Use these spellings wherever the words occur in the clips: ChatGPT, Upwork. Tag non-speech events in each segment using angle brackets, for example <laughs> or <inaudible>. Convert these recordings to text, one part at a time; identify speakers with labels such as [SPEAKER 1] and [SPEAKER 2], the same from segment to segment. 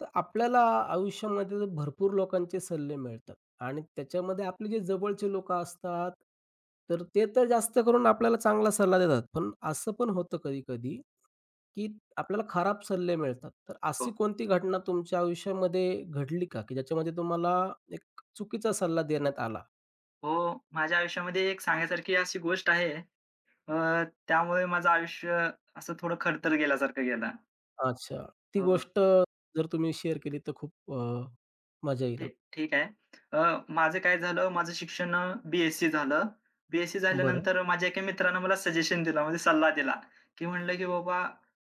[SPEAKER 1] तर आपल्याला आयुष्यामध्ये भरपूर लोकांचे सल्ले मिळतात आणि त्याच्यामध्ये आपले जे जवळचे लोक असतात तर ते तर जास्त करून आपल्याला चांगला सल्ला देतात पण असं पण होतं कधी कधी की आपल्याला खराब सल्ले मिळतात तर
[SPEAKER 2] हो,
[SPEAKER 1] अशी कोणती घटना तुमच्या आयुष्यामध्ये घडली का की ज्याच्यामध्ये तुम्हाला एक चुकीचा सल्ला देण्यात आला.
[SPEAKER 2] हो. माझ्या आयुष्यामध्ये एक सांगण्यासारखी अशी गोष्ट आहे, अ, त्यामुळे माझं आयुष्य असं थोडं खडतर गेल्यासारखं गेलं.
[SPEAKER 1] अच्छा. ती
[SPEAKER 2] हो.
[SPEAKER 1] गोष्ट जर तुम्ही शेअर केली तर खूप मजा येईल.
[SPEAKER 2] ठीक ठीक आहे. अ, माझं काय झालं, माझं शिक्षण झालं. बी
[SPEAKER 1] बरं.
[SPEAKER 2] झाल्यानंतर माझ्या एका मित्रानं मला सजेशन दिला, म्हणजे सल्ला दिला, की म्हणलं की, "बाबा,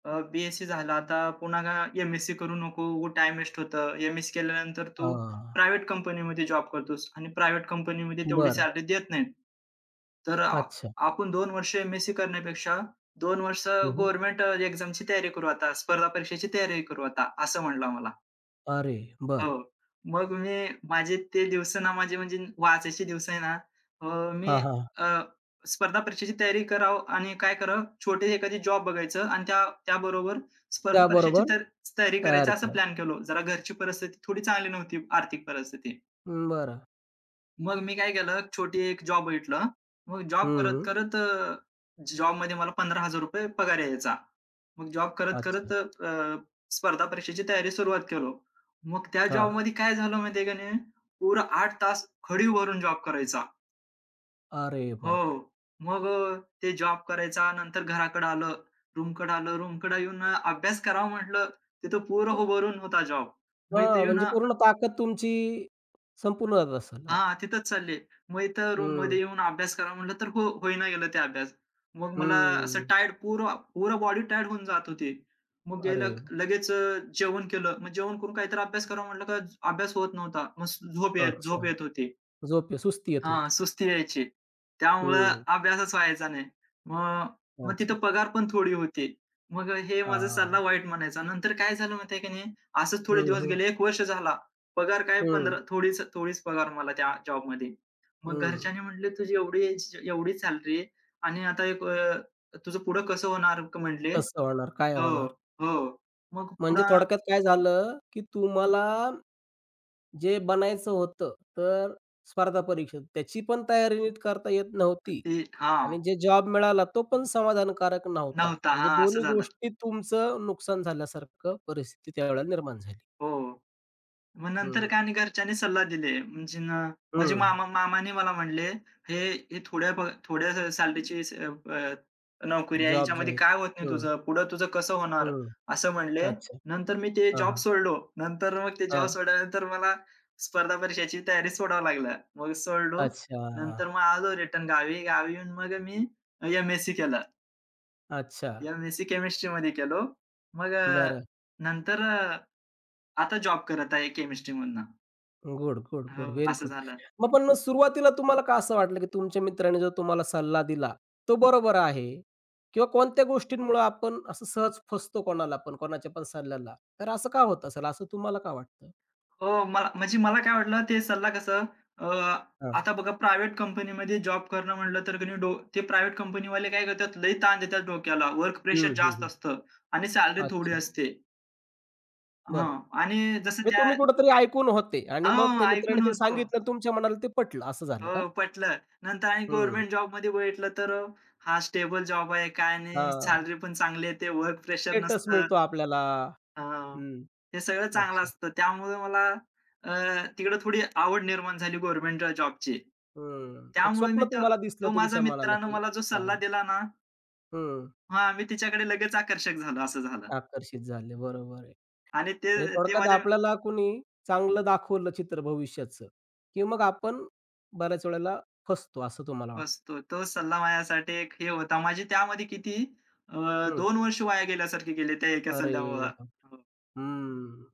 [SPEAKER 2] अ, झालं आता पुन्हा का एम-एससी करू नको, उगाच वेस्ट होतं. एम-एससी केल्यानंतर
[SPEAKER 1] हा.
[SPEAKER 2] तू प्रायव्हेट कंपनीमध्ये जॉब करतोस आणि प्रायव्हेट कंपनीमध्ये तेवढी
[SPEAKER 1] बरं.
[SPEAKER 2] सॅलरी देत नाहीत. तर
[SPEAKER 1] अच्छा.
[SPEAKER 2] आपण 2 वर्ष एम-एस-सी करण्यापेक्षा 2 वर्ष
[SPEAKER 1] हम्म.
[SPEAKER 2] गव्हर्नमेंट एक्झामची तयारी करू आता, स्पर्धा परीक्षेची तयारी करू आता", असं म्हटला मला.
[SPEAKER 1] अरे. बरं.
[SPEAKER 2] हो. मग मी, माझे ते दिवस ना, माझे म्हणजे वाचायचे दिवस आहे ना, अ,
[SPEAKER 1] हा
[SPEAKER 2] मी
[SPEAKER 1] हा.
[SPEAKER 2] अ, स्पर्धा परीक्षेची तयारी करावं आणि काय करावं, छोटे एखादी जॉब बघायचं आणि त्याबरोबर स्पर्धा परीक्षेची
[SPEAKER 1] त्याबरोबर
[SPEAKER 2] तर तयारी करायचं,
[SPEAKER 1] तयारी
[SPEAKER 2] असं
[SPEAKER 1] करायची.
[SPEAKER 2] प्लॅन केलं. जरा घरची परिस्थिती थोडी चांगली नव्हती, आर्थिक परिस्थिती.
[SPEAKER 1] हं, बरं.
[SPEAKER 2] मग मी काय केलं, छोटी एक जॉब बघितलं. मग जॉब
[SPEAKER 1] हं.
[SPEAKER 2] करत-करत, जॉबमध्ये मला ₹15,000 पगार यायचा. मग जॉब
[SPEAKER 1] अच्छा.
[SPEAKER 2] करत-करत स्पर्धा परीक्षेची तयारी सुरुवात केलो. मग त्या
[SPEAKER 1] हां.
[SPEAKER 2] जॉबमध्ये काय झालं माहिती आहे का नाही, पुरा 8 तास खड़ी भरून जॉब करायचा.
[SPEAKER 1] अरे
[SPEAKER 2] हो.
[SPEAKER 1] बापरे!
[SPEAKER 2] मग ते जॉब करायचा, नंतर घराकडं आलं, रूमकडं आलं, रूमकडं येऊन अभ्यास करावा म्हटलं, तिथं पुरं
[SPEAKER 1] त
[SPEAKER 2] उभं होता जॉब. मग इथे
[SPEAKER 1] हां,
[SPEAKER 2] येऊन,
[SPEAKER 1] म्हणजे पूर्ण ताकद तुमची संपूर्ण जात असेल. हां.
[SPEAKER 2] हां, तिथंच चालले. मग इथं
[SPEAKER 1] हं,
[SPEAKER 2] रूममध्ये येऊन अभ्यास करा म्हटलं तर हो होईना गेलं ते अभ्यास. मग मला असं
[SPEAKER 1] हं.
[SPEAKER 2] टायर्ड, पूर्ण पूर्ण बॉडी टायर्ड होऊन जात होती. मग
[SPEAKER 1] अरे
[SPEAKER 2] गेलं
[SPEAKER 1] वाह!
[SPEAKER 2] लगेच, जेवण केलं. मग जेवण करून काहीतरी अभ्यास करावा म्हटलं का अभ्यास होत नव्हता. मग
[SPEAKER 1] अच्छा.
[SPEAKER 2] झोप येत होती.
[SPEAKER 1] झोप सुस्ती येत
[SPEAKER 2] हां,
[SPEAKER 1] होती.
[SPEAKER 2] सुस्ती यायची. त्यामुळं
[SPEAKER 1] हं.
[SPEAKER 2] अभ्यासच व्हायचा नाही. मग मग
[SPEAKER 1] अच्छा.
[SPEAKER 2] तिथं पगार पण थोडी होती. मग हे माझा
[SPEAKER 1] हां.
[SPEAKER 2] सल्ला वाईट म्हणायचा. नंतर काय झालं माहिती आहे की नाही, असंच थोडे
[SPEAKER 1] हं,
[SPEAKER 2] दिवस
[SPEAKER 1] हं,
[SPEAKER 2] गेले, 1 वर्ष झाला. पगार काय
[SPEAKER 1] हं,
[SPEAKER 2] 15, थोडीच थोडीच पगार मला त्या जॉबमध्ये. मग
[SPEAKER 1] हं.
[SPEAKER 2] घरच्यांनी म्हटले, "तुझी एवढी एवढी सॅलरी आणि आता एक, तुझं पुढं कसं होणार?" म्हटले.
[SPEAKER 1] कसं होणार? काय
[SPEAKER 2] हो,
[SPEAKER 1] होणार?
[SPEAKER 2] हो. मग
[SPEAKER 1] म्हणजे
[SPEAKER 2] पुन्हा
[SPEAKER 1] थोडक्यात काय झालं, की तुम्हाला जे बनायचं होतं, तर स्पर्धा परीक्षेत त्याची पण तयारी नीट करता येत नव्हती.
[SPEAKER 2] ते, हां,
[SPEAKER 1] आणि जे जॉब मिळाला तो पण समाधानकारक नव्हता.
[SPEAKER 2] नव्हता.
[SPEAKER 1] म्हणजे
[SPEAKER 2] हां, असं
[SPEAKER 1] दोन्ही
[SPEAKER 2] झालं.
[SPEAKER 1] गोष्टी तुमचं नुकसान झाल्यासारखं परिस्थिती त्यावेळेला निर्माण झाली.
[SPEAKER 2] हो. मग नंतर
[SPEAKER 1] हं,
[SPEAKER 2] काय, आणि घरच्यांनी सल्ला दिले. म्हणजे ना, माझे
[SPEAKER 1] हं.
[SPEAKER 2] मामा मामाने मला म्हणले, "हे हे थोड्या, थोड्या सॅलरीची, अ, अ, नोकरी आहे.
[SPEAKER 1] जॉब जे
[SPEAKER 2] ह्याच्यामध्ये
[SPEAKER 1] आहेत.
[SPEAKER 2] काय होत नाही
[SPEAKER 1] हं,
[SPEAKER 2] तुझं. पुढं तुझं कसं होणार?"
[SPEAKER 1] हं.
[SPEAKER 2] असं म्हणले.
[SPEAKER 1] अच्छा.
[SPEAKER 2] नंतर मी ते
[SPEAKER 1] हां,
[SPEAKER 2] जॉब
[SPEAKER 1] हां.
[SPEAKER 2] सोडलो. नंतर मग ते जॉब
[SPEAKER 1] हां.
[SPEAKER 2] सोडल्यानंतर मला स्पर्धा परीक्षेची तयारी सोडावं लागलं. मग सोडलो.
[SPEAKER 1] अच्छा.
[SPEAKER 2] नंतर मग आलो रिटर्न गावी. गावी येऊन मग मी एम-एससी केलं.
[SPEAKER 1] अच्छा.
[SPEAKER 2] एम-एससी केमिस्ट्रीमध्ये केलो. मग
[SPEAKER 1] बरं.
[SPEAKER 2] नंतर आता जॉब करत आहे केमिस्ट्रीमधनं.
[SPEAKER 1] Good, good, good.
[SPEAKER 2] हो,
[SPEAKER 1] व्हेरी
[SPEAKER 2] असं
[SPEAKER 1] गुड.
[SPEAKER 2] झालं.
[SPEAKER 1] मग पण मग सुरुवातीला तुम्हाला का असं वाटलं, की तुमच्या मित्राने जो तुम्हाला सल्ला दिला, तो बरोबर आहे? किंवा कोणत्या गोष्टींमुळं आपण असं सहज फसतो कोणाला पण, कोणाच्या पण सल्ल्याला? तर असं का होत असेल? असं तुम्हाला का वाटतं?
[SPEAKER 2] हो, मला, म्हणजे मला काय वाटलं ते सल्ला कसं, अ,
[SPEAKER 1] हां.
[SPEAKER 2] आता बघा, प्रायव्हेट कंपनीमध्ये जॉब करणं म्हटलं तर की नाही, ते प्रायव्हेट कंपनीवाले काय करतात, लई ताण देतात डोक्याला. वर्क
[SPEAKER 1] हं,
[SPEAKER 2] प्रेशर जास्त
[SPEAKER 1] हं,
[SPEAKER 2] असतं आणि सॅलरी थोडी
[SPEAKER 1] अच्छा,
[SPEAKER 2] असते.
[SPEAKER 1] बरं.
[SPEAKER 2] हां, आणि जसं
[SPEAKER 1] हे तुम्ही कुठेतरी ऐकून होते आणि मग
[SPEAKER 2] हो,
[SPEAKER 1] त्या मित्राने
[SPEAKER 2] ऐकून
[SPEAKER 1] ते
[SPEAKER 2] होतो.
[SPEAKER 1] सांगितलं तुमच्या मनाला ते पटलं असं झालं का?
[SPEAKER 2] हो, पटलं. नंतर आणि
[SPEAKER 1] हं.
[SPEAKER 2] गव्हर्नमेंट जॉबमध्ये बघितलं तर हा स्टेबल जॉब आहे, काय नाही,
[SPEAKER 1] हां.
[SPEAKER 2] सॅलरी पण चांगली येते, वर्क प्रेशर
[SPEAKER 1] स्टेटस
[SPEAKER 2] नसतं.
[SPEAKER 1] मिळतो आपल्याला.
[SPEAKER 2] हां.
[SPEAKER 1] हं.
[SPEAKER 2] ते सगळं चांगलं
[SPEAKER 1] अच्छा.
[SPEAKER 2] असतं. त्यामुळे मला अ, तिकडे थोडी आवड निर्माण झाली गव्हर्नमेंट जॉबची.
[SPEAKER 1] हं. एक
[SPEAKER 2] त्यामुळे
[SPEAKER 1] स्वप्न
[SPEAKER 2] मी तो,
[SPEAKER 1] तुम्हाला दिसलं
[SPEAKER 2] माझ्या
[SPEAKER 1] तुमच्या मनाला
[SPEAKER 2] मित्रानं
[SPEAKER 1] की
[SPEAKER 2] मला जो
[SPEAKER 1] हां.
[SPEAKER 2] सल्ला दिला ना,
[SPEAKER 1] हं.
[SPEAKER 2] हां, मी तिच्याकडे लगेच आकर्षक झालो, असं झालं.
[SPEAKER 1] आकर्षित झाले. बरोबर आहे.
[SPEAKER 2] आणि ते
[SPEAKER 1] म्हणजे
[SPEAKER 2] ते
[SPEAKER 1] थोडक्यात
[SPEAKER 2] माझ्या,
[SPEAKER 1] आपल्याला कुणी चांगलं दाखवलं चित्र भविष्याचं, की मग आपण बऱ्याच वेळेला फसतो असं तुम्हाला वाटतं.
[SPEAKER 2] असतो. तो सल्ला माझ्यासाठी एक हे होता. माझी त्यामध्ये किती, अ,
[SPEAKER 1] हं.
[SPEAKER 2] 2 वर्ष वाया गेल्यासारखे गेले त्या एका
[SPEAKER 1] अरे
[SPEAKER 2] सल्ल्यामुळं.
[SPEAKER 1] बाप!
[SPEAKER 2] हो,
[SPEAKER 1] हं.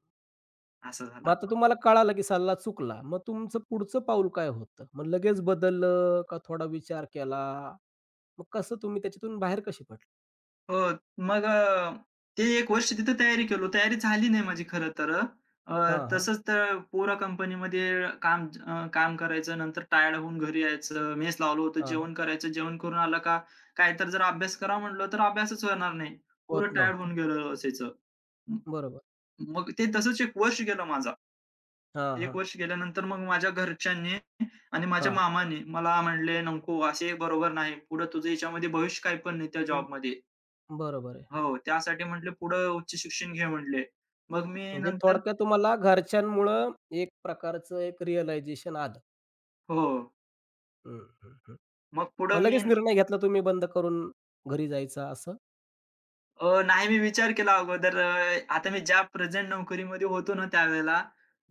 [SPEAKER 2] असं
[SPEAKER 1] मग
[SPEAKER 2] झालं.
[SPEAKER 1] आता तुम्हाला कळालं की सल्ला चुकला. मग तुमचं पुढचं पाऊल काय होतं? मग लगेच बदललं का थोडा विचार केला? मग कसं तुम्ही त्याच्यातून बाहेर कसे पडले?
[SPEAKER 2] हो, मग ते एक वर्ष तिथं तयारी केलो. तयारी झाली नाही माझी खरं तर. अ,
[SPEAKER 1] हां, हां.
[SPEAKER 2] तसंच तर, पोरा कंपनीमध्ये काम, काम करायचं, नंतर टायर्ड होऊन घरी यायचं. मेस लावलं होतं,
[SPEAKER 1] हां.
[SPEAKER 2] जेवण करायचं. जेवण करून आलं का, काय तर, जर अभ्यास करा म्हटलं, तर अभ्यासच होणार नाही.
[SPEAKER 1] होत
[SPEAKER 2] पुरं टायर्ड
[SPEAKER 1] नव्हतं.
[SPEAKER 2] होऊन गेलेलो असायचं. म
[SPEAKER 1] बरोबर.
[SPEAKER 2] मग ते तसंच 1 वर्ष गेलं माझा.
[SPEAKER 1] हां,
[SPEAKER 2] 1
[SPEAKER 1] हां.
[SPEAKER 2] वर्ष गेल्यानंतर, मग माझ्या घरच्यांनी आणि माझ्या
[SPEAKER 1] हां.
[SPEAKER 2] मामाने मला म्हणले, "नको, असे बरोबर नाही. पुढं तुझं ह्याच्यामध्ये भविष्य काही पण नाही त्या
[SPEAKER 1] हं,
[SPEAKER 2] जॉबमध्ये."
[SPEAKER 1] बरोबर आहे.
[SPEAKER 2] हो, त्यासाठी म्हटले, पुढं उच्च शिक्षण घे म्हटले. मग मी
[SPEAKER 1] म्हणजे
[SPEAKER 2] नंतर,
[SPEAKER 1] थोडक्यात तुम्हाला घरच्यांमुळं एक प्रकारचं एक रिअलायझेशन आलं.
[SPEAKER 2] हो.
[SPEAKER 1] हं, हं, हं.
[SPEAKER 2] मग
[SPEAKER 1] मग
[SPEAKER 2] पुढं मी,
[SPEAKER 1] लगेच निर्णय घेतला तुम्ही बंद करून घरी जायचा असं?
[SPEAKER 2] नाही, मी विचार केला अगोदर, आता मी ज्या प्रेझेंट नोकरीमध्ये होतो ना त्यावेळेला,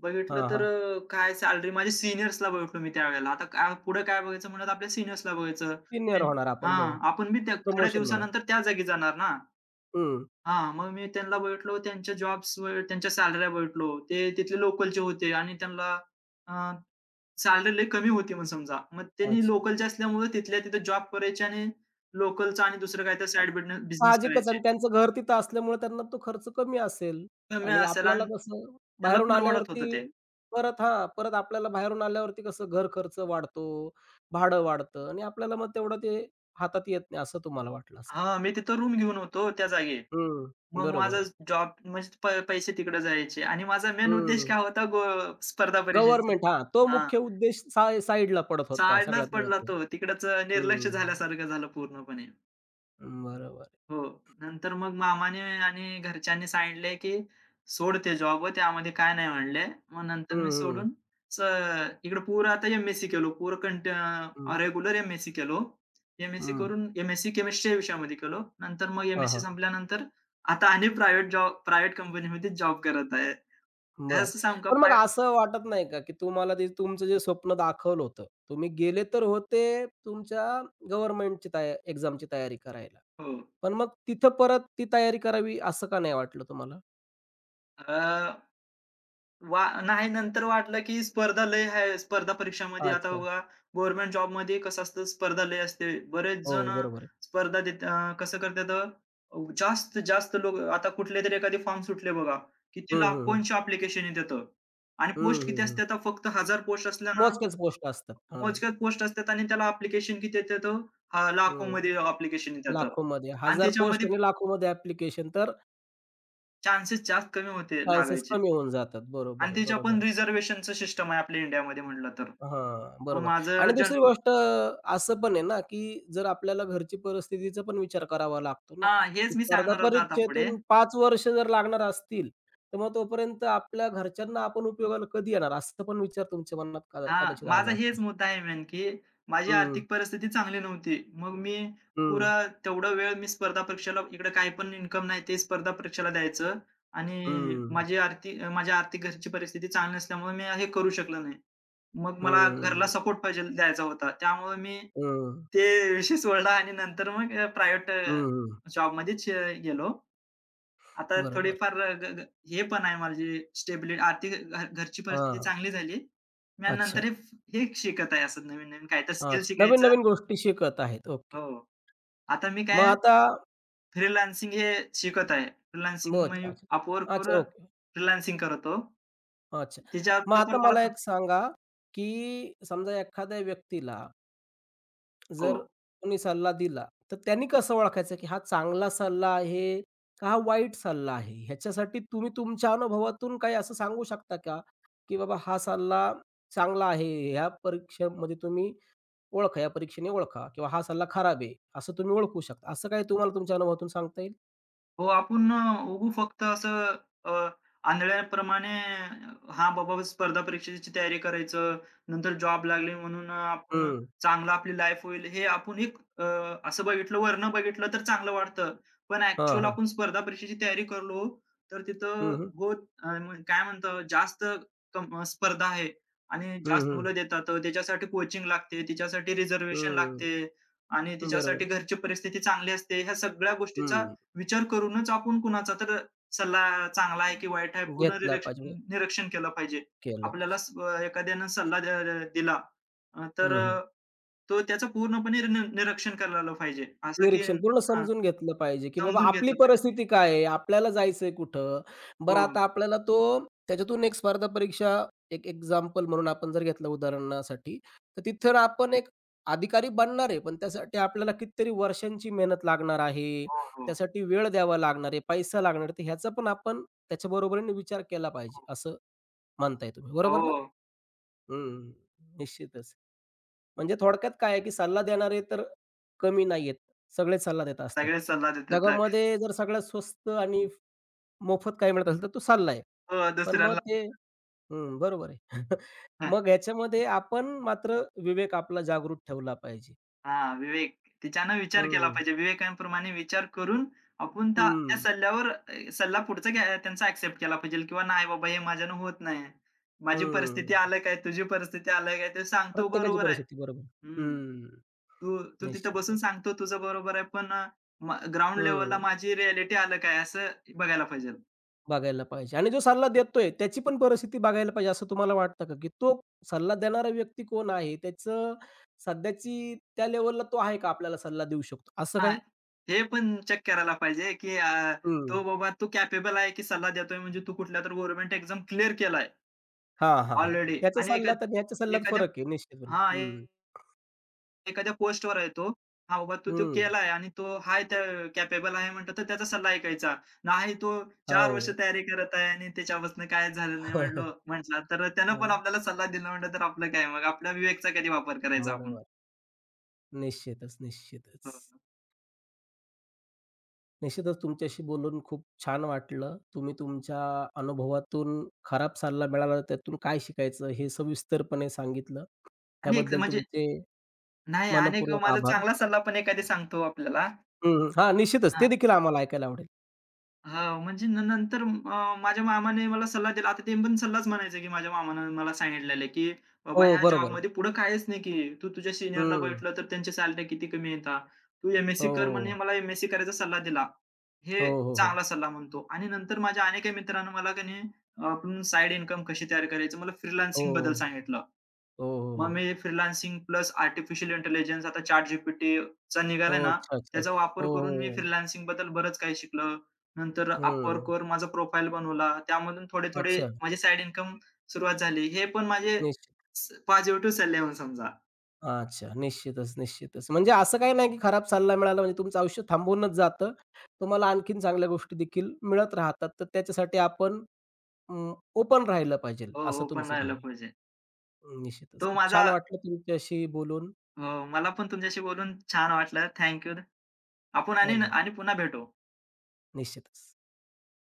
[SPEAKER 2] बघितलं
[SPEAKER 1] हां,
[SPEAKER 2] तर
[SPEAKER 1] हां.
[SPEAKER 2] काय सॅलरी माझ्या सीनियर्सला बघितलो मी त्यावेळेला. आता काय पुढं काय बघायचं, म्हणत आपल्या सीनियर्सला बघायचं.
[SPEAKER 1] सीनियर
[SPEAKER 2] त्यां
[SPEAKER 1] होणार आपण बरोबर.
[SPEAKER 2] हां, आपण बी त्या थोड्या
[SPEAKER 1] प्रमोशन मिळालं.
[SPEAKER 2] दिवसानंतर त्या जागी जाणार ना.
[SPEAKER 1] हं.
[SPEAKER 2] हां, मग मी त्यांना बघितलो, त्यांच्या जॉब्सवर त्यांच्या सॅलऱ्या बघितलो. ते तिथले लोकलचे होते आणि त्यांना सॅलरी लई कमी होती, मग समजा. मग त्यांनी
[SPEAKER 1] अच्छा.
[SPEAKER 2] लोकलचे असल्यामुळे तिथल्या तिथं जॉब करायचे आणि लोकलचा आणि दुसरं काहीतरी साइड बिझनेस
[SPEAKER 1] साहजिकच आणि
[SPEAKER 2] करायचे.
[SPEAKER 1] त्यांचं घर तिथं असल्यामुळे त्यांना तो खर्च कमी असेल
[SPEAKER 2] कमी
[SPEAKER 1] आणि
[SPEAKER 2] असेल
[SPEAKER 1] आपल्याला
[SPEAKER 2] आणि
[SPEAKER 1] कसं
[SPEAKER 2] त्याला
[SPEAKER 1] बाहेरून
[SPEAKER 2] परवडत
[SPEAKER 1] आल्यावरती
[SPEAKER 2] होतं ते.
[SPEAKER 1] परत हां, परत आपल्याला बाहेरून आल्यावरती कसं घर खर्च वाढतो, भाडं वाढतं आणि आपल्याला मग तेवढं ते हातात येत नाही असं तुम्हाला वाटलं असेल.
[SPEAKER 2] हां, मी तिथं रूम घेऊन होतो त्या जागी.
[SPEAKER 1] हं,
[SPEAKER 2] मग
[SPEAKER 1] बरोबर
[SPEAKER 2] माझा
[SPEAKER 1] आहे.
[SPEAKER 2] जॉब म्हणजे, पैसे तिकडे जायचे आणि माझा मेन उद्देश
[SPEAKER 1] हं,
[SPEAKER 2] काय होता, स्पर्धा परीक्षेचा.
[SPEAKER 1] गव्हर्नमेंट हां, तो
[SPEAKER 2] हां,
[SPEAKER 1] मुख्य उद्देश साय साईडला पडत होता सगळ्यात
[SPEAKER 2] साडलाच पडला
[SPEAKER 1] महत्त्वाचा.
[SPEAKER 2] तो. तिकडचं निर्लक्ष
[SPEAKER 1] हं,
[SPEAKER 2] झाल्यासारखं झालं पूर्णपणे.
[SPEAKER 1] बरोबर आहे.
[SPEAKER 2] हो. नंतर मग मामाने आणि घरच्यांनी सांगितले, की "सोड ते जॉब, त्यामध्ये काय नाही" म्हणले. मग
[SPEAKER 1] हं,
[SPEAKER 2] नंतर मी
[SPEAKER 1] हं,
[SPEAKER 2] सोडून, स इकडे, आता एम-एस-सी केलो. पूर कंट
[SPEAKER 1] हं,
[SPEAKER 2] रेग्युलर एम-एस-सी केलो. एम-एस-सी
[SPEAKER 1] हं.
[SPEAKER 2] करून एम-एस-सी केमिस्ट्री या विषयामध्ये केलो. नंतर मग एम-एस-सी
[SPEAKER 1] हां,
[SPEAKER 2] संपल्यानंतर, आता आणि प्रायव्हेट कंपनीमध्ये जॉब करत आहे.
[SPEAKER 1] बरं.
[SPEAKER 2] असं सांगू का
[SPEAKER 1] पण मग असं वाटत नाही का, की तुम्हाला ते तुमचं जे स्वप्न दाखवलं होतं, तुम्ही गेले तर होते तुमच्या गव्हर्नमेंटची तया एक्झामची तयारी करायला.
[SPEAKER 2] हो.
[SPEAKER 1] पण मग तिथं परत ती तयारी करावी असं का नाही वाटलं तुम्हाला?
[SPEAKER 2] अ, वा नाही, नंतर वाटलं, की स्पर्धा लय आहे. स्पर्धा परीक्षामध्ये आता
[SPEAKER 1] अच्छा.
[SPEAKER 2] बघा, गव्हर्नमेंट जॉबमध्ये कसं असतं, स्पर्धा लय असते. बरेच
[SPEAKER 1] हो,
[SPEAKER 2] जण
[SPEAKER 1] बरोबर आहे.
[SPEAKER 2] स्पर्धा देत कसं करतात, जास्त जास्त लोक आता कुठलेतरी एखादे फॉर्म सुटले बघा.
[SPEAKER 1] हं,
[SPEAKER 2] किती
[SPEAKER 1] हं, हं.
[SPEAKER 2] लाखोंचे ॲप्लिकेशन येतात. आणि
[SPEAKER 1] हं,
[SPEAKER 2] पोस्ट किती
[SPEAKER 1] हं,
[SPEAKER 2] असतात, फक्त 1000 पोस्ट असल्या ना, मग?
[SPEAKER 1] मोजक्याच पोस्ट असतात. हां.
[SPEAKER 2] पोस्ट असतात आणि त्याला ॲप्लिकेशन किती येतात,
[SPEAKER 1] हं.
[SPEAKER 2] लाखोमध्ये ॲप्लिकेशन येतात.
[SPEAKER 1] लाखोमध्ये
[SPEAKER 2] आणि
[SPEAKER 1] 1000 पोस्ट
[SPEAKER 2] त्याच्यामध्ये
[SPEAKER 1] आणि लाखोमध्ये ॲप्लिकेशन तर
[SPEAKER 2] चान्सेस जास्त कमी होते
[SPEAKER 1] चान्सेस
[SPEAKER 2] लागायचे.
[SPEAKER 1] कमी होऊन जातात. बरोबर
[SPEAKER 2] आणि
[SPEAKER 1] आहे,
[SPEAKER 2] त्याच्या
[SPEAKER 1] बरोबर
[SPEAKER 2] पण
[SPEAKER 1] आहे.
[SPEAKER 2] रिझर्व्हेशनचं सिस्टम आहे आपल्या इंडियामध्ये म्हटलं तर.
[SPEAKER 1] हां,
[SPEAKER 2] मग
[SPEAKER 1] बरोबर.
[SPEAKER 2] माझं
[SPEAKER 1] आणि दुसरी गोष्ट असं पण आहे ना, की जर आपल्याला घरची परिस्थितीचा पण विचार करावा लागतो ना,
[SPEAKER 2] हां,
[SPEAKER 1] की
[SPEAKER 2] हेच मी
[SPEAKER 1] स्पर्धा
[SPEAKER 2] सांगणार होतो आता पुढे.
[SPEAKER 1] परीक्षेतून 5 वर्ष जर लागणार असतील, तर मग तोपर्यंत आपल्या घरच्यांना आपण उपयोगाला कधी येणार, असं पण विचार तुमच्या मनात कदा
[SPEAKER 2] हां,
[SPEAKER 1] कदाचित आला
[SPEAKER 2] माझा
[SPEAKER 1] असेल.
[SPEAKER 2] हेच मुद्दा आहे मेन, की माझी
[SPEAKER 1] हं,
[SPEAKER 2] आर्थिक परिस्थिती चांगली नव्हती. मग मी
[SPEAKER 1] हं,
[SPEAKER 2] पुरा तेवढा वेळ मी स्पर्धा परीक्षेला, इकडे काही पण इन्कम नाही, ते स्पर्धा परीक्षेला द्यायचं आणि
[SPEAKER 1] हं,
[SPEAKER 2] माझी आर्थिक माझ्या आर्थिक घरची परिस्थिती चांगली नसल्यामुळे मी हे करू शकलो नाही. मग मला घरला
[SPEAKER 1] हं,
[SPEAKER 2] सपोर्ट पाहिजे द्यायचा होता. त्यामुळे मी ते विषय सोडला आणि नंतर मग प्रायव्हेट
[SPEAKER 1] हं, हं,
[SPEAKER 2] जॉबमध्येच गेलो. आता
[SPEAKER 1] बरोबर.
[SPEAKER 2] थोडीफार ग ग हे पण आहे, माझी आर्थिक, घरची परिस्थिती
[SPEAKER 1] हां,
[SPEAKER 2] चांगली झाली. मी, आणि
[SPEAKER 1] अच्छा,
[SPEAKER 2] नंतर हे, शिकत आहे असं, नवीन-नवीन काय तर स्किल
[SPEAKER 1] अच्छा.
[SPEAKER 2] शिकायचं.
[SPEAKER 1] नवीन-नवीन गोष्टी शिकत आहेत. ओके.
[SPEAKER 2] हो. आता मी
[SPEAKER 1] मग
[SPEAKER 2] काय,
[SPEAKER 1] आता
[SPEAKER 2] फ्रीलान्सिंग हे शिकत आहे.
[SPEAKER 1] मग
[SPEAKER 2] फ्रीलान्सिंग
[SPEAKER 1] अच्छा,
[SPEAKER 2] मी
[SPEAKER 1] अच्छा. अच्छा,
[SPEAKER 2] Upworkवर
[SPEAKER 1] ओके.
[SPEAKER 2] फ्रीलान्सिंग करतो.
[SPEAKER 1] अच्छा. मग
[SPEAKER 2] त्याच्यातनं
[SPEAKER 1] आता
[SPEAKER 2] पण मला
[SPEAKER 1] मला एक सांगा, की समजा एखाद्या व्यक्तीला
[SPEAKER 2] हो.
[SPEAKER 1] जर कोणी सल्ला दिला, तर त्यांनी कसं ओळखायचं, की हा चांगला सल्ला आहे का हा वाईट सल्ला आहे? ह्याच्यासाठी तुम्ही तुमच्या अनुभवातून काही असं सांगू शकता का, की बाबा हा सल्ला चांगला आहे, ह्या परीक्षेमध्ये तुम्ही ओळखा, या परीक्षेने ओळखा किंवा हा सल्ला खराब आहे, असं तुम्ही ओळखू शकता. असं काही तुम्हाला तुमच्या अनुभवातून सांगता येईल?
[SPEAKER 2] हो, आपण उगू फक्त असं, अ, आंधळ्याप्रमाणे, हां, बाबा स्पर्धा परीक्षेची तयारी करायचं, नंतर जॉब लागली म्हणून, आपण
[SPEAKER 1] हं.
[SPEAKER 2] चांगलं आपली लाईफ होईल, हे आपण एक, असं बघितलं, वरनं बघितलं तर चांगलं वाटतं. पण
[SPEAKER 1] हां,
[SPEAKER 2] ॲक्चुअल
[SPEAKER 1] हां.
[SPEAKER 2] आपण स्पर्धा परीक्षेची तयारी करलो, तर
[SPEAKER 1] हं,
[SPEAKER 2] तिथं
[SPEAKER 1] हं.
[SPEAKER 2] बहुत काय म्हणतो जास्त, स्पर्धा आहे आणि
[SPEAKER 1] हं,
[SPEAKER 2] जास्त
[SPEAKER 1] हं.
[SPEAKER 2] मुलं देतात. तर त्याच्यासाठी कोचिंग लागते, तिच्यासाठी रिझर्व्हेशन
[SPEAKER 1] हं.
[SPEAKER 2] लागते आणि तिच्यासाठी
[SPEAKER 1] बरोबर.
[SPEAKER 2] घरची परिस्थिती चांगली असते. ह्या सगळ्या गोष्टीचा
[SPEAKER 1] हं.
[SPEAKER 2] विचार करूनच आपण, कुणाचा तर सल्ला चांगला आहे की वाईट आहे, पूर्ण
[SPEAKER 1] घेतला पाहिजे, म्हणजे
[SPEAKER 2] निरीक्षण केलं पाहिजे.
[SPEAKER 1] केलं
[SPEAKER 2] आपल्याला,
[SPEAKER 1] पाहिजे.
[SPEAKER 2] एखाद्यानं सल्ला द द दिला, तर
[SPEAKER 1] हं, हं.
[SPEAKER 2] तो त्याचं पूर्णपणे निरीक्षण करायला पाहिजे. असं की
[SPEAKER 1] निरीक्षण
[SPEAKER 2] हं.
[SPEAKER 1] पूर्ण समजून घेतलं पाहिजे, की बाबा
[SPEAKER 2] समजून
[SPEAKER 1] आपली
[SPEAKER 2] घेतलं पाहिजे.
[SPEAKER 1] परिस्थिती काय आहे? आपल्याला जायचंय कुठं? बरं
[SPEAKER 2] हो,
[SPEAKER 1] आता आपल्याला तो त्याच्यातून एक स्पर्धा परीक्षा एक एक्झाम्पल म्हणून आपण जर घेतलं उदाहरणासाठी, तर तिथं आपण एक अधिकारी बनणार आहे, पण त्यासाठी आपल्याला कितीतरी वर्षांची मेहनत लागणार आहे.
[SPEAKER 2] हो, हो,
[SPEAKER 1] त्यासाठी वेळ द्यावा लागणार आहे, पैसा लागणार आहे. तर ह्याचा पण आपण त्याच्या बरोबरीने विचार केला पाहिजे,
[SPEAKER 2] हो.
[SPEAKER 1] असं म्हणताय तुम्ही. बरोबर ना?
[SPEAKER 2] हो,
[SPEAKER 1] हं, निश्चितच. म्हणजे थोडक्यात काय आहे, की सल्ला देणारे तर कमी नाहीयेत. सगळेच सल्ला देत असतात.
[SPEAKER 2] सगळे सल्ला देतात.
[SPEAKER 1] जगामध्ये जर सगळ्यात स्वस्त आणि मोफत काही मिळत असेल, तर तो सल्ला आहे.
[SPEAKER 2] हो,
[SPEAKER 1] पण मग
[SPEAKER 2] दुसऱ्यांना.
[SPEAKER 1] ते हं, बरोबर आहे. <laughs> मग ह्याच्यामध्ये आपण मात्र विवेक आपला जागृत ठेवला पाहिजे.
[SPEAKER 2] हां, विवेक. तिच्यानं विचार केला
[SPEAKER 1] हं,
[SPEAKER 2] पाहिजे. विवेकांप्रमाणे विचार करून आपण त्या त्या
[SPEAKER 1] हं,
[SPEAKER 2] सल्ल्यावर, सल्ला पुढचा घ्या, त्यांचा ॲक्सेप्ट केला पाहिजे किंवा नाही. बाबा, हे माझ्यानं होत नाही. माझी परिस्थिती
[SPEAKER 1] हं.
[SPEAKER 2] अलग आहे, तुझी परिस्थिती अलग आहे. ते सांगतो
[SPEAKER 1] प्रत्येकाची
[SPEAKER 2] बरोबर आहे.
[SPEAKER 1] परिस्थिती बरोबर.
[SPEAKER 2] हं.
[SPEAKER 1] हं.
[SPEAKER 2] तू तू तिथं
[SPEAKER 1] निश्चित,
[SPEAKER 2] बसून
[SPEAKER 1] निश्चित.
[SPEAKER 2] सांगतो तुझं बरोबर आहे, पण ग्राउंड लेव्हलला
[SPEAKER 1] हं.
[SPEAKER 2] माझी रिॲलिटी अलग आहे, असं बघायला पाहिजे.
[SPEAKER 1] बघायला पाहिजे आणि जो सल्ला देतोय त्याची पण परिस्थिती बघायला पाहिजे असं तुम्हाला वाटतं का? की तो सल्ला देणारा व्यक्ती कोण आहे? त्याचं सध्याची त्या लेव्हलला तो आहे का आपल्याला सल्ला देऊ शकतो? असं
[SPEAKER 2] हां,
[SPEAKER 1] काही?
[SPEAKER 2] हे पण चेक करायला पाहिजे, की
[SPEAKER 1] हं.
[SPEAKER 2] तो बाबा तू कॅपेबल आहे, की सल्ला देतोय, म्हणजे तू कुठल्यातरी गव्हर्नमेंट एक्झाम क्लिअर केलाय
[SPEAKER 1] हां, हां, हां.
[SPEAKER 2] ऑलरेडी
[SPEAKER 1] त्याचा
[SPEAKER 2] आणि
[SPEAKER 1] सल्ला तर ह्याच्या सल्ल्यात
[SPEAKER 2] एखाद्या,
[SPEAKER 1] फरक आहे निश्चितपणे.
[SPEAKER 2] हां,
[SPEAKER 1] हं,
[SPEAKER 2] एखाद्या पोस्टवर आहे तो. हा बाबा, तू तो
[SPEAKER 1] हं.
[SPEAKER 2] केलाय आणि तो हाय त्या, कॅपेबल आहे म्हटलं, तर त्याचा सल्ला ऐकायचा. नाही, तो 4 वर्ष
[SPEAKER 1] हो.
[SPEAKER 2] तयारी करत आहे आणि त्याच्यापासून काय झालं नाही म्हटलं,
[SPEAKER 1] <laughs>
[SPEAKER 2] म्हटला, तर त्यानं पण
[SPEAKER 1] हां.
[SPEAKER 2] आपल्याला सल्ला दिला म्हटलं, तर आपलं काय, मग आपल्या विवेकचा कधी वापर करायचा आपण.
[SPEAKER 1] बरोबर. निश्चितच, निश्चितच.
[SPEAKER 2] हो.
[SPEAKER 1] निश्चितच तुमच्याशी बोलून खूप छान वाटलं. तुम्ही तुमच्या अनुभवातून खराब सल्ला मिळाला त्यातून काय शिकायचं हे सविस्तरपणे सांगितलं.
[SPEAKER 2] आणि एक
[SPEAKER 1] त्याबद्दल
[SPEAKER 2] म्हणजे,
[SPEAKER 1] तुमचे
[SPEAKER 2] नाही, अनेक
[SPEAKER 1] मनःपूर्वक
[SPEAKER 2] माझा
[SPEAKER 1] आभार.
[SPEAKER 2] चांगला सल्ला पण एखादी सांगतो आपल्याला.
[SPEAKER 1] हं. हां, निश्चितच ते
[SPEAKER 2] हां.
[SPEAKER 1] देखील आम्हाला ऐकायला आवडेल.
[SPEAKER 2] हां, म्हणजे नंतर, माझ्या मामाने मला सल्ला दिला. आता ते पण सल्लाच म्हणायचं, की माझ्या मामानं मला सांगितलेलं आहे, की "बाबा,
[SPEAKER 1] हो,
[SPEAKER 2] ह्या
[SPEAKER 1] बरोबर आहे.
[SPEAKER 2] जॉबमध्ये पुढं काहीच नाही, की तू तुझ्या सीनियरला
[SPEAKER 1] हं.
[SPEAKER 2] भेटलं तर त्यांच्या सॅलरी किती कमी येतात. तू एम
[SPEAKER 1] हो.
[SPEAKER 2] कर", म्हणे. मला एम करायचा सल्ला दिला.
[SPEAKER 1] हो,
[SPEAKER 2] हे
[SPEAKER 1] हो, हो.
[SPEAKER 2] चांगला सल्ला म्हणतो, आणि नंतर माझ्या अनेक मित्रांनी मला की नाही, आपण साइड इन्कम कशी तयार करायची, मला
[SPEAKER 1] हो,
[SPEAKER 2] फ्रीलान्सिंगबद्दल
[SPEAKER 1] हो.
[SPEAKER 2] सांगितलं.
[SPEAKER 1] हो, हो,
[SPEAKER 2] मग मी
[SPEAKER 1] हो.
[SPEAKER 2] फ्रीलान्सिंग प्लस आर्टिफिशियल इंटेलिजन्स, आता ChatGPTचा निघाला
[SPEAKER 1] हो.
[SPEAKER 2] ना,
[SPEAKER 1] अच्छा, अच्छा,
[SPEAKER 2] त्याचा
[SPEAKER 1] अच्छा. हो,
[SPEAKER 2] वापर
[SPEAKER 1] हो,
[SPEAKER 2] करून मी
[SPEAKER 1] हो.
[SPEAKER 2] फ्रीलान्सिंगबद्दल बरंच काही शिकलो. नंतर
[SPEAKER 1] हं.
[SPEAKER 2] Upworkवर माझा प्रोफाईल बनवला. त्यामधून थोडे-थोडे
[SPEAKER 1] अच्छा.
[SPEAKER 2] माझे साइड इन्कम सुरुवात झाली. हे पण माझे
[SPEAKER 1] निश्चित.
[SPEAKER 2] पॉझिटिव्ह सल्ले म्हणून समजा.
[SPEAKER 1] अच्छा. निश्चितच, निश्चितच. म्हणजे असं काही नाही की खराब सल्ला मिळाला म्हणजे तुमचं आयुष्य थांबूनच जातं. तुम्हाला आणखीन चांगल्या गोष्टी देखील मिळत राहतात. तर त्याच्यासाठी आपण अ, ओपन राहिलं पाहिजे असं
[SPEAKER 2] ओपन
[SPEAKER 1] तुमचं
[SPEAKER 2] राहायला
[SPEAKER 1] म्हणणं आहे.
[SPEAKER 2] पाहिजे.
[SPEAKER 1] निश्चितच.
[SPEAKER 2] तो
[SPEAKER 1] खूप
[SPEAKER 2] माझा,
[SPEAKER 1] छान वाटलं तुमच्याशी बोलून.
[SPEAKER 2] अ, मला पण तुमच्याशी बोलून छान वाटलं. थँक. आपण, आणि
[SPEAKER 1] धन्यवाद.
[SPEAKER 2] आणि पुन्हा भेटू.
[SPEAKER 1] निश्चितच.